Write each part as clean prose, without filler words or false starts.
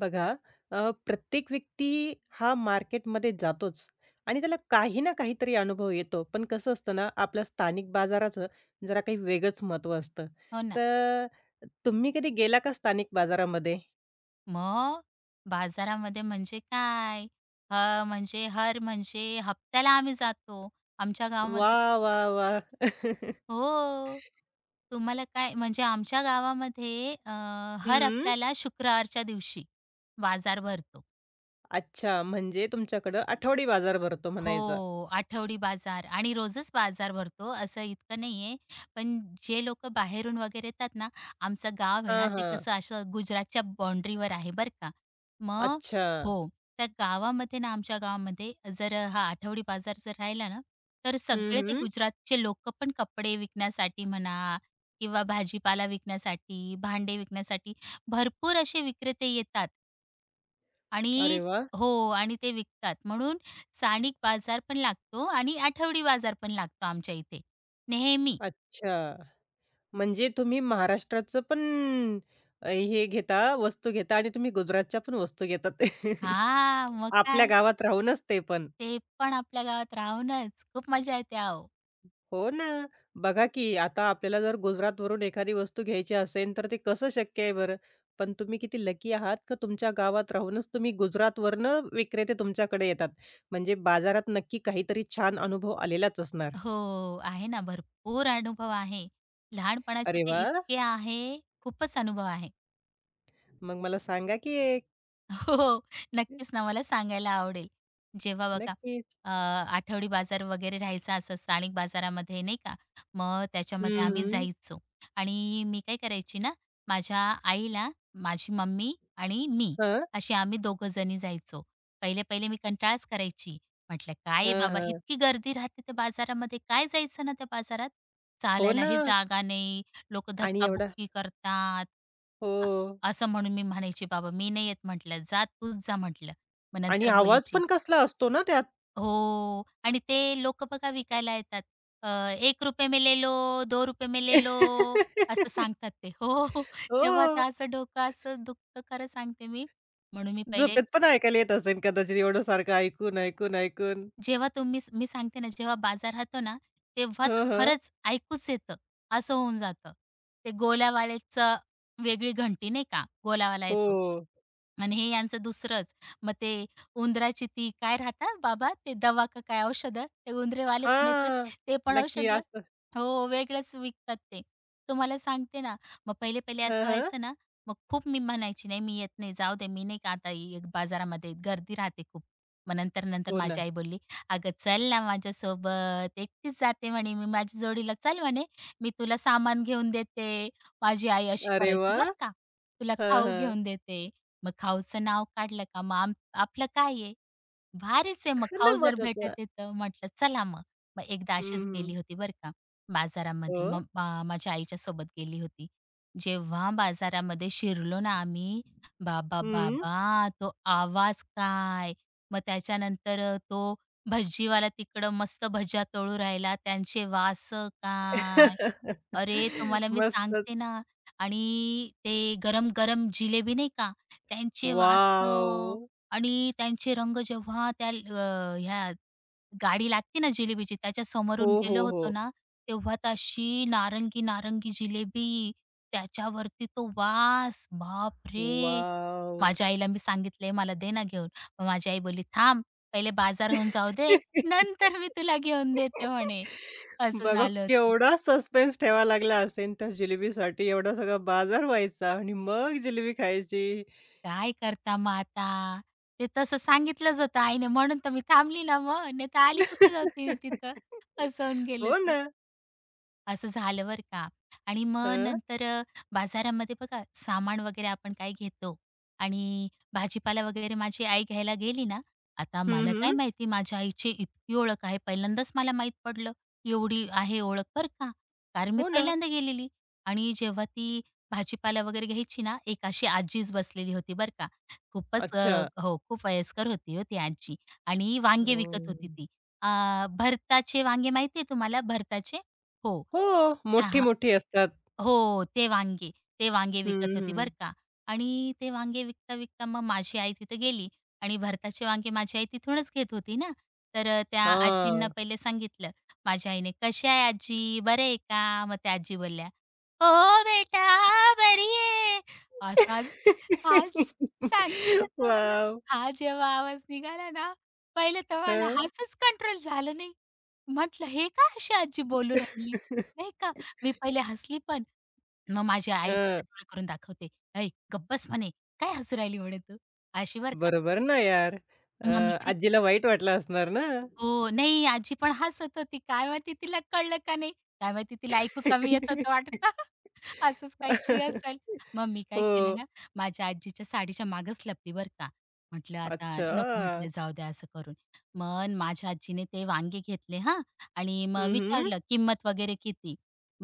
बघा, अ, प्रत्येक व्यक्ती हा मार्केटमध्ये जातोच आणि त्याला काही ना काहीतरी अनुभव येतो. पण कसं असतं ना, आपल्या स्थानिक बाजाराचं जरा काही वेगळंच महत्त्व असतं. हो ना. तर तुम्ही कधी गेला का स्थानिक बाजारामध्ये? मग बाजारामध्ये म्हणजे काय? हं, म्हणजे हर म्हणजे हप्त्याला आम्ही जातो. आमच्या गावामध्ये. वाह! वा, वा. हो. तुम्हाला काय म्हणजे आमच्या गावामध्ये हर हं. हप्त्याला शुक्रवारच्या दिवशी बाजार भरतो. अच्छा, म्हणजे तुमच्याकडं आठवडी बाजार भरतो हो, म्हणायचा. आठवडी बाजार आणि रोजच बाजार भरतो असं इतकं नाहीये. पण जे लोक बाहेरून वगैरे येतात ना, आमचं गाव आहे हां, ना, ते हां. कसं असं गुजरातच्या बाउंड्रीवर आहे बरं का. मग अच्छा. हो, त्या गावामध्ये ना, आमच्या गावामध्ये जर हा आठवडी बाजार जर राहिला ना, तर सगळे हं, ते हं. गुजरातचे लोकं पण कपडे विकण्यासाठी म्हणा किंवा भाजीपाला विकण्यासाठी, भांडे विकण्यासाठी भरपूर असे विक्रेते येतात. आणि अरे वाह! हो, आणि ते विकतात. म्हणून स्थानिक बाजार पण लागतो आणि आठवडी बाजार पण लागतो आमच्या इथे नेहमी. अच्छा. म्हणजे तुम्ही महाराष्ट्राचं पण हे घेता, वस्तू घेता आणि तुम्ही गुजरातच्या पण वस्तू घेतात. हां, मग आपल्या काय, गावात राहूनच ते पण. ते पण आपल्या गावात राहूनच खूप मजा येते अहो. हो ना. बघा की आता आपल्याला जर गुजरातवरून एखादी वस्तू घ्यायची असेल, तर ते कसं शक्य आहे बरं? पण तुम्ही किती लकी आहात का तुमच्या गावात राहूनच तुम्ही गुजरातवरनं विक्रेते तुमच्याकडे येतात. म्हणजे बाजारात नक्की काहीतरी छान अनुभव आलेलाच असणार. हो, आहे ना, भरपूर अनुभव आहे. लहानपणाचे अरे ते वाह! इतके आहे, खूपच अनुभव आहे. मग मला सांगा की एक? हो, हो. नक्कीच ना, मला सांगायला आवडेल. जेव्हा बघा, नक्कीच. अ, आठवडी बाजार वगैरे राहायचा असं स्थानिक बाजारामध्ये नाही का, मग त्याच्यामध्ये हं, आम्ही हं. जायचो आणि मी काय करायची ना, माझ्या आईला, माझी मम्मी आणि मी हां. अशी आम्ही दोघं जणी जायचो. पहिले-पहिले मी कंटाळाच करायची. म्हटलं, "काय आहे हां, बाबा, हां. इतकी गर्दी राहते त्या बाजारामध्ये, काय जायचं ना त्या बाजारात? हो ना. चालायलाही जागा नाही, लोकं आणि एवढा धक्काबुक्की करतात." हो. असं म्हणून मी म्हणायची, "बाबा मी नाही येत" म्हटलं, "जा तूच जा" म्हटलं. मग आणि नंतर आवाज बोलायची. पण कसला असतो ना त्यात. हो, आणि ते लोकं बघा विकायला येतात. अ, ₹1 में ले लो, ₹2 में ले लो, असं सांगतात ते. हो, हो, हो. तेव्हा तर हो. असं डोकं असं दुखतं, खरं सांगते मी. म्हणून मी पहिले, झोपेत पण ऐकायला येत असेल कदाचित एवढं सारखं ऐकून, ऐकून, ऐकून. जेव्हा तुम्ही, मी सांगते ना, जेव्हा बाजार राहतो ना, तेव्हा तर हं, हं. खरंच ऐकूच येतं, असं होऊन जातं. ते गोल्यावाल्याचं वेगळी घंटी नाही का, गोलावाला हो. येतो आणि हे यांचं दुसरंच. मग ते उंदराची ती काय राहतात बाबा, ते दवा का काय औषधं, ते उंदरेवाले पण येतात, हां. ते पण नक्की औषधं. असं. हो, वेगळंच विकतात ते. तुम्हाला सांगते ना, मग पहिले-पहिले हं, असं हं. व्हायचं ना, मग खूप मी म्हणायची, "नाही, मी येत नाही, जाऊ दे, मी नाही का आता बाजारामध्ये गर्दी राहते खूप." मग नंतर-नंतर हो ना. माझी आई बोलली, "अगं चल ना माझ्यासोबत, एकटीच जाते" म्हणे मी, "माझ्या जोडीला चल" म्हणे, "मी तुला सामान घेऊन देते." माझी आई अशी अरे करायची वाह! बरं का, "तुला हं, खाऊ हं. घेऊन देते." मग खाऊचं नाव काढलं का मग आपलं काय आहे, भारीच आहे मग खाऊ खाणं जर महत्वाचं. भेटते तर. म्हटलं चला मग. मग एकदा हं, अशीच हं. गेली होती बरं का बाजारामध्ये. हो. मग माझ्या आईच्या सोबत गेली होती. जेव्हा बाजारामध्ये शिरलो ना आम्ही, बाबा, हं. बाबा! तो आवाज काय. मग त्याच्यानंतर तो भज्जीवाला तिकडं मस्त भज्या तळू राहिला. त्यांचे वास काय. अरे, तुम्हाला मी सांगते मस्तच. ना, आणि ते गरम-गरम जिलेबी नाही का, त्यांचे वास वॉव! आणि त्यांचे रंग, जेव्हा त्या ह्या गाडी लागते ना जिलेबीची, हो, त्याच्यासमोरून गेलो हो, हो. होतो ना, तेव्हा तर नारंगी-नारंगी जिलेबी, त्याच्यावरती तो वास, बापरे! वाव माझ्या आईला मी सांगितले, "मला दे ना घेऊन." मग माझी आई बोलली, "थांब. पहिले बाजारहून जाऊ दे, नंतर मी तुला घेऊन देते" म्हणे. असं बघा झालं होतं. केवढा सस्पेन्स ठेवावा लागला असेल त्या जिलेबीसाठी. एवढा सगळा बाजार व्हायचा आणि मग जिलेबी खायची. काय करता मग आता? ते तसं सांगितलंच होतं आईने म्हणून तर मी थांबली ना मग, नाहीतर आली कुठे जाते मी तिथं. असं होऊन गेलं हो ते. ना. असं झालं बरं का. आणि मग हां. नंतर बाजारामध्ये बघा सामान वगैरे आपण काय घेतो आणि भाजीपाला वगैरे माझी आई घ्यायला गेली ना, आता हं, मला हं. काय माहिती माझ्या आईची इतकी ओळख आहे. पहिल्यांदाच मला माहीत पडलं, एवढी आहे ओळख बरं का. कारण मी हो ना. पहिल्यांदा गेलेली आणि जेव्हा ती भाजीपाला वगैरे घ्यायची ना, एक अशी आजीच बसलेली होती बरं का. अच्छा. हो, खूप वयस्कर होती हो ती आजी आणि वांगे विकत होती हं. ती. भरताचे वांगे माहिती आहे तुम्हाला, भरताचे? हो. हो, त्या, मोठी-मोठी असतात. हो, ते वांगे. ते वांगे हं, विकत होती हं. बरं का आणि ते वांगे विकता-विकता मग माझी आई तिथं गेली आणि भरताचे वांगे माझी आई तिथूनच घेत होती ना. तर त्या आजींना हां. पहिले सांगितलं. माझ्या आईने, "कशा आहे आजी? बरं आहे का?" मग त्या आजी बोलल्या, "हो, हो बेटा, बरी आहे." असाच, हा सांगते तुम्हाला, वाव हा जेव्हा आवाज निघाला ना, पहिले तर मला हां. हसूच कंट्रोल झालं नाही. म्हटलं, "हे काय अशी आजी बोलू राहिली?" नाही का. मी पहिले हसली पण. मग माझी आई मला हं. डोळे करून दाखवते. "ऐ गप्प बस!" म्हणे. "काय हसू राहिली?" म्हणे तू. अशी बरं का. बरोबर ना यार. अ, मग मी काय आजीला केलं. वाईट वाटलं असणार ना? हो. नाही, आजी पण हसत होती. काय माहिती तिला कळलं का नाही? काय माहिती तिला ऐकू कमी येत होतं वाटतं. असंच काहीतरी असेल. मग मी काय केलं हो. ना, माझ्या आजीच्या साडीच्या मागेच लपली बरं का. म्हटलं आता अच्छा. नको, म्हटलं जाऊ द्या असं करून. मग माझ्या आजीने ते वांगे घेतले हां आणि मग हं, विचारलं किंमत वगैरे किती.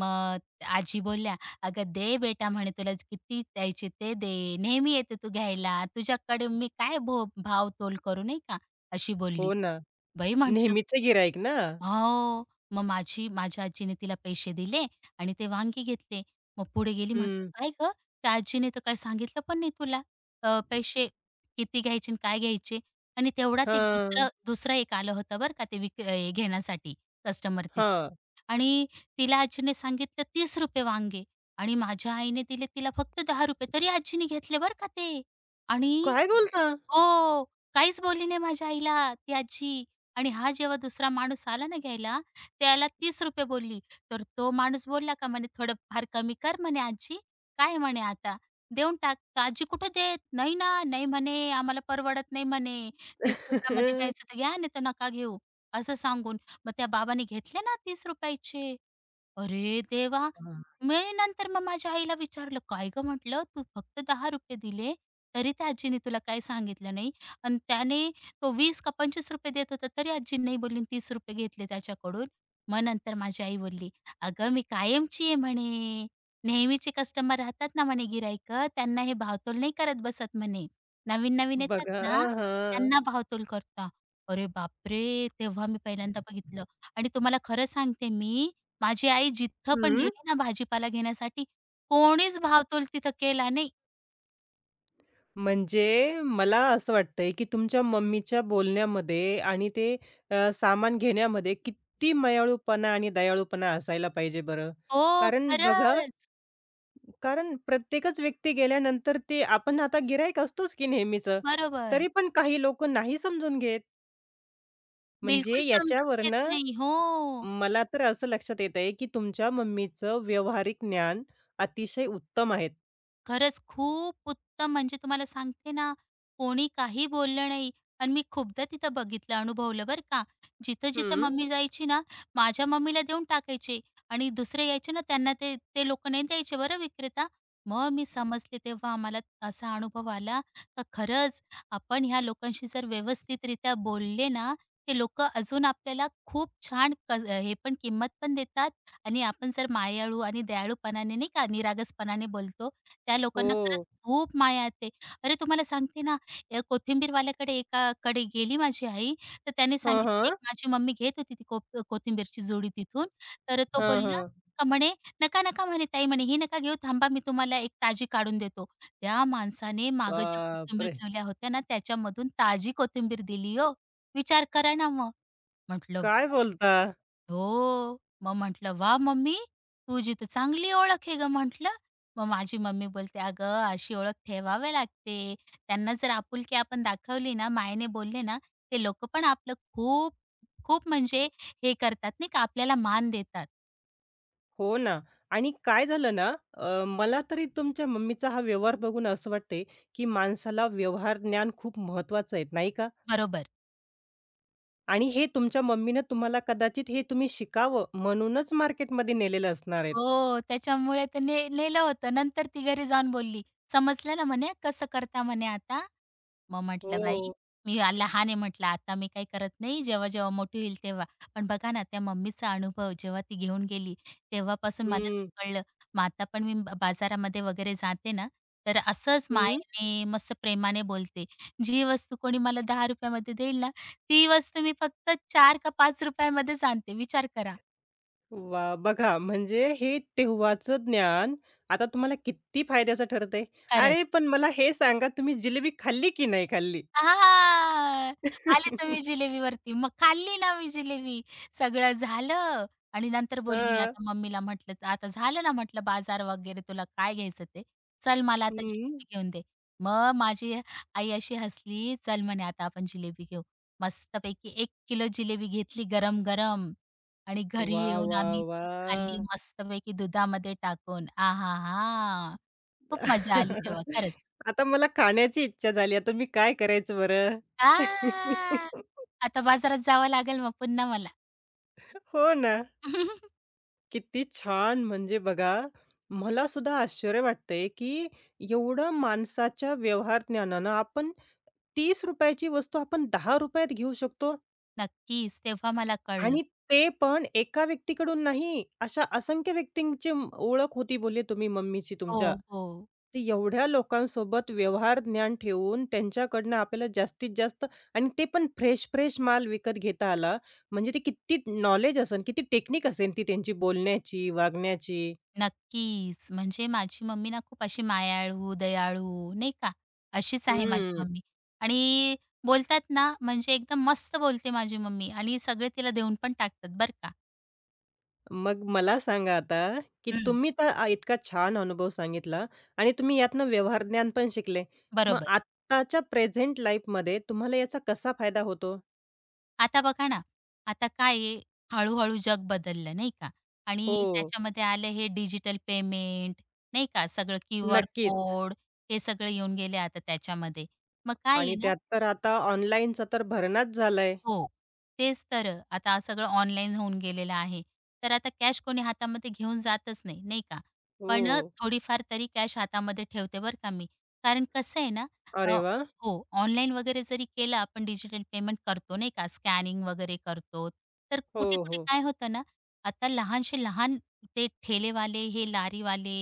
मग आजी बोलल्या, "अगं दे बेटा" म्हणे, "तुला किती द्यायचे ते दे. नेहमी येते तू घ्यायला. तुझ्याकडे मी काय भाव तोल करू" नाही का, अशी बोलली. हो ना. बाई म्हटलं. नेहमीचे गिराईक ना? हो. मग माझी, माझ्या आजीने तिला पैसे दिले आणि ते वांगी घेतले. मग पुढे गेली, म्हटलं, हं. "काय गं, त्या आजीने तर काही सांगितलं पण नाही तुला, पैसे किती घ्यायचे आणि काय घ्यायचे?" आणि तेवढ्यात एक हां. दुसरं दुसरं एक आलं होतं बरं का ते घेण्यासाठी कस्टमर तिथे, हां. आणि तिला आजीने सांगितलं ₹30 वांगे आणि माझ्या आईने दिले तिला फक्त ₹10, तरी आजीने घेतले बरं का ते. आणि काय बोलता? हो. काहीच बोलली नाही माझ्या आईला ती आजी आणि हा जेव्हा दुसरा माणूस आला ना घ्यायला, त्याला ₹30 बोलली. तर तो माणूस बोलला का म्हणे, "थोडंफार कमी कर" म्हणे, "आजी, काय आहे" म्हणे, "आता, देऊन टाक." तर आजी कुठे देत? "नाही ना, नाही" म्हणे, "आम्हाला परवडत नाही" म्हणे, "₹30 मध्ये घ्यायचं तर घ्या, नाही तर नका घेऊ." असं सांगून मग त्या बाबांनी घेतले ना ₹30 चे. अरे देवा! हां. मी नंतर मग माझ्या आईला विचारलं, "काय गं?" म्हटलं, "तू फक्त ₹10 दिले, तरी त्या आजीने तुला काही सांगितलं नाही." आणि त्याने, तो वीस का ₹25 देत होता, तरी आजीने नाही बोलली, तीस, ₹30 घेतले त्याच्याकडून. मग नंतर माझी आई बोलली, "अगं, मी कायमची आहे" म्हणे. "नेहमीचे कस्टमर राहतात ना" म्हणे, "गिराईकं, त्यांना हे भावतोल नाही करत बसत" म्हणे. "नवीन-नवीन येतात बघा ना, हां. त्यांना भावतोल करता." अरे बापरे! तेव्हा मी पहिल्यांदा बघितलं. आणि तुम्हाला खरं सांगते मी, माझी आई जिथं पण हं. गेली ना भाजीपाला घेण्यासाठी, कोणीच भावतोल तिथं केला नाही. म्हणजे मला असं वाटतंय, की तुमच्या मम्मीच्या बोलण्यामध्ये आणि ते सामान घेण्यामध्ये किती मायाळूपणा आणि दयाळूपणा असायला पाहिजे बरं. हो, कारण बघा, खरंच. कारण प्रत्येकच व्यक्ती गेल्यानंतर ते आपण आता गिराईक असतोच की नेहमीचं. बरोबर. तरी पण काही लोकं नाही समजून घेत. म्हणजे बिलकुल समजून घेत याच्यावरनं नाही. हो. मला तर असं लक्षात येतंय की तुमच्या मम्मीचं व्यावहारिक ज्ञान अतिशय उत्तम आहेत. खरंच खूप उत्तम. म्हणजे तुम्हाला सांगते ना, कोणी काही बोललं नाही आणि मी खूपदा तिथं बघितलं, अनुभवलं बरं का. जिथं-जिथं हं. मम्मी जायची ना, माझ्या मम्मीला देऊन टाकायचे आणि दुसरे यायचे ना, त्यांना ते ते लोकं नाही द्यायचे बरं विक्रेता. मग मी समजले तेव्हा मला असा अनुभव आला का खरंच, आपण ह्या लोकांशी जर व्यवस्थितरित्या बोलले ना, ते लोकं अजून आपल्याला खूप छान, हे पण किंमत पण देतात, आणि आपण जर मायाळू आणि दयाळूपणाने, नाही का, निरागसपणाने बोलतो, त्या लोकांना हो. खरंच खूप माया येते. अरे, तुम्हाला सांगते ना, कोथिंबीरवाल्याकडे एकाकडे गेली माझी आई, तर त्याने हां, सांगितलं, एक हां. माझी मम्मी घेत होती ती कोथिंबीरची जुडी तिथून. तर तो हां, बोलला हां. का म्हणे, "नका, नका," म्हणे, "ताई," म्हणे, "ही नका घेऊ. थांबा, मी तुम्हाला एक ताजी काढून देतो." त्या माणसाने मागं ज्या कोथिंबीर बापरे! ठेवल्या होत्या ना, त्याच्यामधून ताजी कोथिंबीर दिली हो. विचार करा ना मग. म्हटलं. काय बोलता? हो. मग म्हटलं, "वा मम्मी, तुझी तर चांगली ओळख आहे गं" म्हटलं. मग माझी मम्मी बोलते, "अगं, अशी ओळख ठेवावी लागते. त्यांना जर आपुलकी आपण दाखवली ना, मायेने बोलले ना, ते लोकं पण आपलं खूप, खूप म्हणजे, हे करतात नाही का, आपल्याला मान देतात." हो ना. आणि काय झालं ना, मला तरी तुमच्या मम्मीचा हा व्यवहार बघून असं वाटतंय की माणसाला व्यवहार ज्ञान खूप महत्त्वाचं आहे, नाही का? बरोबर. आणि हे तुमच्या मम्मीनं तुम्हाला कदाचित हे तुम्ही शिकावं म्हणूनच मार्केटमध्ये नेलेलं असणार आहेत. हो, त्याच्यामुळे ते ने नेलं होतं. नंतर ती घरी जाऊन बोलली, "समजलं ना," म्हणे, "कसं करता," म्हणे, "आता?" मग म्हटलं बाई, हो. लहान आहे म्हटलं, आता मी काही करत नाही, जेव्हा-जेव्हा मोठी होईल तेव्हा. पण बघा ना त्या मम्मीचा अनुभव जेव्हा ती घेऊन गेली, तेव्हापासून मला ते हं, कळलं. मग आता पण मी बाजारामध्ये वगैरे जाते ना, तर असंच हं. मायेने, मस्त प्रेमाने बोलते. जी वस्तू कोणी मला ₹10 मध्ये देईल ना, ती वस्तू मी फक्त 4 का ₹5 मध्येच आणते. विचार करा. वाह! बघा म्हणजे हे तेव्हाचं ज्ञान आता तुम्हाला किती फायद्याचं ठरतंय. खरंच. अरे, पण मला हे सांगा तुम्ही जिलेबी खाल्ली की नाही खाल्ली? हां. आले तुम्ही जिलेबीवरती. मग खाल्ली ना मी जिलेबी. सगळं झालं आणि नंतर बोलली हां. आता मम्मीला, म्हटलं, "आता झालं ना," म्हटलं, "बाजार वगैरे तुला काय घ्यायचं ते. चल मला आता हं. जिलेबी घेऊन दे." मग माझी आई अशी हसली, "चल," म्हणे, "आता आपण जिलेबी घेऊ." मस्तपैकी 1 किलो जिलेबी घेतली गरम-गरम आणि घरी वाह! येऊन वाह! आम्ही ती खाल्ली वाह! मस्तपैकी दुधामध्ये टाकून. आहाहा! खूप मजा आली तेव्हा खरंच. आता मला खाण्याची इच्छा झाली. आता मी काय करायचं बरं? आ! आता बाजारात जावं लागेल मग पुन्हा मला. हो ना. किती छान! म्हणजे बघा, मला सुद्धा आश्चर्य वाटतंय, की एवढं माणसाच्या व्यवहार ज्ञानानं आपण ₹30 ची वस्तू आपण ₹10 घेऊ शकतो नक्कीच, तेव्हा मला कळलं. आणि ते पण एका व्यक्तीकडून नाही, अशा असंख्य व्यक्तींची म- ओळख होती बोलले तुम्ही मम्मीची तुमच्या. हो, हो. तर एवढ्या लोकांसोबत व्यवहार ज्ञान ठेवून त्यांच्याकडनं आपल्याला जास्तीत जास्त आणि ते पण फ्रेश, फ्रेश माल विकत घेता आला. म्हणजे ते किती नॉलेज असेल, किती टेक्निक असेल ती त्यांची बोलण्याची, वागण्याची. नक्कीच. म्हणजे माझी मम्मी ना खूप अशी मायाळू, दयाळू नाही का? अशीच आहे माझी हं. मम्मी. आणि बोलतात ना, म्हणजे एकदम मस्त बोलते माझी मम्मी आणि सगळे तिला देऊन पण टाकतात बरं का. मग मला सांगा आता, की हं, तुम्ही तर इतका छान अनुभव सांगितला आणि तुम्ही यातनं व्यवहार ज्ञान पण शिकले. मग बरोबर. आत्ताच्या प्रेझेंट लाईफमध्ये तुम्हाला याचा कसा फायदा होतो? आता बघा ना, आता काय आहे, हळू जग बदललं नाही का? आणि हो, त्याच्यामध्ये आले हे डिजिटल पेमेंट, नाही का, सगळं क्यूआर नक्कीच. कोड, हे सगळं येऊन गेले आता त्याच्यामध्ये. मग काय आहे आणि ना, त्यात तर आता ऑनलाईनचा तर भरणाच झालाय. हो. तेच तर. आता सगळं ऑनलाईन होऊन गेलेलं आहे. तर आता कॅश कोणी हातामध्ये घेऊन जातच नाही, नाही का? पण हो. थोडीफार तरी कॅश हातामध्ये ठेवते बरं का मी. कारण कसं आहे ना, अरे अ, वाह! हो, ऑनलाईन वगैरे जरी केलं, आपण डिजिटल पेमेंट करतो नाही का, स्कॅनिंग वगैरे करतो. तर हो, कुठे-कुठे हो. काय होतं ना, आता लहानशे लहान ते ठेलेवाले, हे लारीवाले,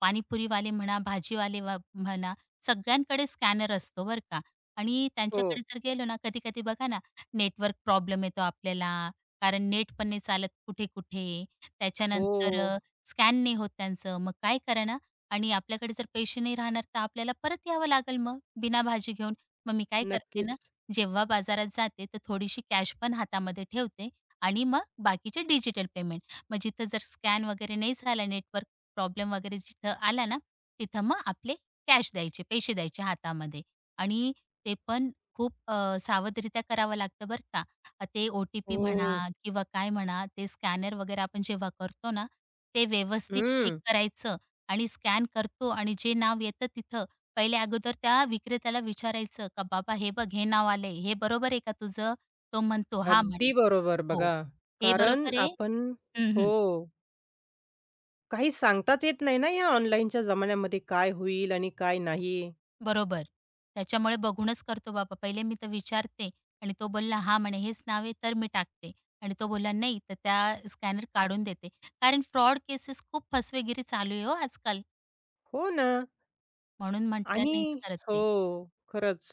पाणीपुरीवाले म्हणा, भाजीवाले वा म्हणा, सगळ्यांकडे स्कॅनर असतो बरं का. आणि हो. त्यांच्याकडे जर गेलो ना, कधी-कधी बघा ना नेटवर्क प्रॉब्लेम येतो आपल्याला, कारण नेट पण नाही चालत कुठे-कुठे. हो. त्याच्यानंतर स्कॅन नाही होत त्यांचं. मग काय करणार? आणि आपल्याकडे जर पैसे नाही राहणार, तर आपल्याला परत यावं लागेल मग बिना भाजी घेऊन. मग मी काय करते ना, नक्कीच. जेव्हा बाजारात जाते, तर थोडीशी कॅश पण हातामध्ये ठेवते आणि मग बाकीचे डिजिटल पेमेंट. मग जिथं जर स्कॅन वगैरे नाही झाला, नेटवर्क प्रॉब्लेम वगैरे जिथं आला ना, तिथं मग आपले कॅश द्यायचे, पैसे द्यायचे हातामध्ये. आणि ते पण सावधरित्या करावं लागतं बरं का. ते ओ-टी-पी म्हणा हो. किंवा काय म्हणा, ते स्कॅनर वगैरे आपण जेव्हा करतो ना, ते व्यवस्थित चेक हं. करायचं आणि स्कॅन करतो आणि जे नाव येतं तिथं पहिले अगोदर त्या विक्रेत्याला विचारायचं, "का बाबा हे बघ, हे नाव आलंय, हे बरोबर आहे का तुझं?" तो म्हणतो, "हां" अगदी म्हणे. बरोबर "हो." बघा. "हे कारण बरोबर आहे?" आपण "हं, हो. हं." काही सांगताच येत नाही ना या ऑनलाईनच्या जमान्यामध्ये काय होईल आणि काय नाही. बरोबर. त्याच्यामुळे बघूनच करतो बाबा. पहिले मी तर विचारते आणि तो बोलला, "हा," म्हणे, "हेच नाव आहे," तर मी टाकते आणि तो बोलला, "नाही," तर त्या स्कॅनर काढून देते. कारण फ्रॉड केसेस, खूप फसवेगिरी चालू आहे हो आजकाल. हो ना. म्हणून म्हटलं आणि नाहीच करत हो, ते. खरंच.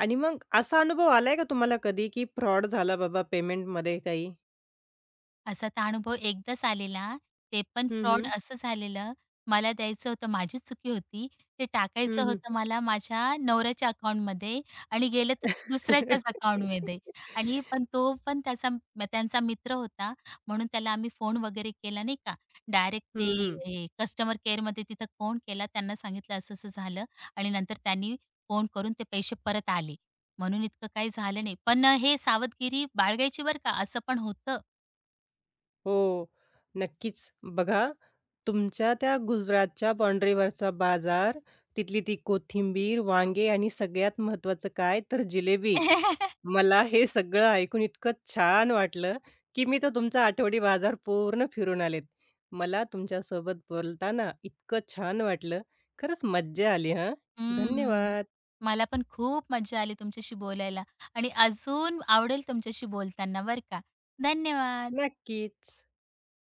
आणि मग असा अनुभव आलाय का तुम्हाला कधी, की फ्रॉड झाला बाबा पेमेंटमध्ये काही? असा तर अनुभव एकदाच आलेला, ते पण हं, फ्रॉड हं. हं. असं झालेलं, मला द्यायचं होतं, माझीच चुकी होती. ते टाकायचं हं, हं. होतं मला माझ्या नवऱ्याच्या अकाउंटमध्ये आणि गेलं तर हं, हं. दुसऱ्याच्याच अकाउंटमध्ये. आणि पण तो पण त्यांचा मित्र होता, म्हणून त्याला आम्ही फोन वगैरे केला नाही का. डायरेक्ट ते, हे कस्टमर केअरमध्ये तिथं फोन केला, त्यांना सांगितलं असं-असं झालं आणि नंतर त्यांनी फोन करून ते पैसे परत आले. म्हणून इतकं काही झालं नाही. पण हे सावधगिरी बाळगायची बरं का, असं पण होतं. हो, नक्कीच. बघा, तुमच्या त्या गुजरातच्या बाउंडरीवरचा बाजार, तिथली ती कोथिंबीर, वांगे आणि सगळ्यात महत्त्वाचं काय तर जिलेबी. मला हे सगळं ऐकून इतकं छान वाटलं, की मी तर तुमचा आठवडी बाजार पूर्ण फिरून आलेत. मला तुमच्यासोबत बोलताना इतकं छान वाटलं. खरंच मज्जा आली हं. हं. धन्यवाद. मला पण खूप मज्जा आली तुमच्याशी बोलायला आणि अजून आवडेल तुमच्याशी बोलताना बरं का. धन्यवाद. नक्कीच.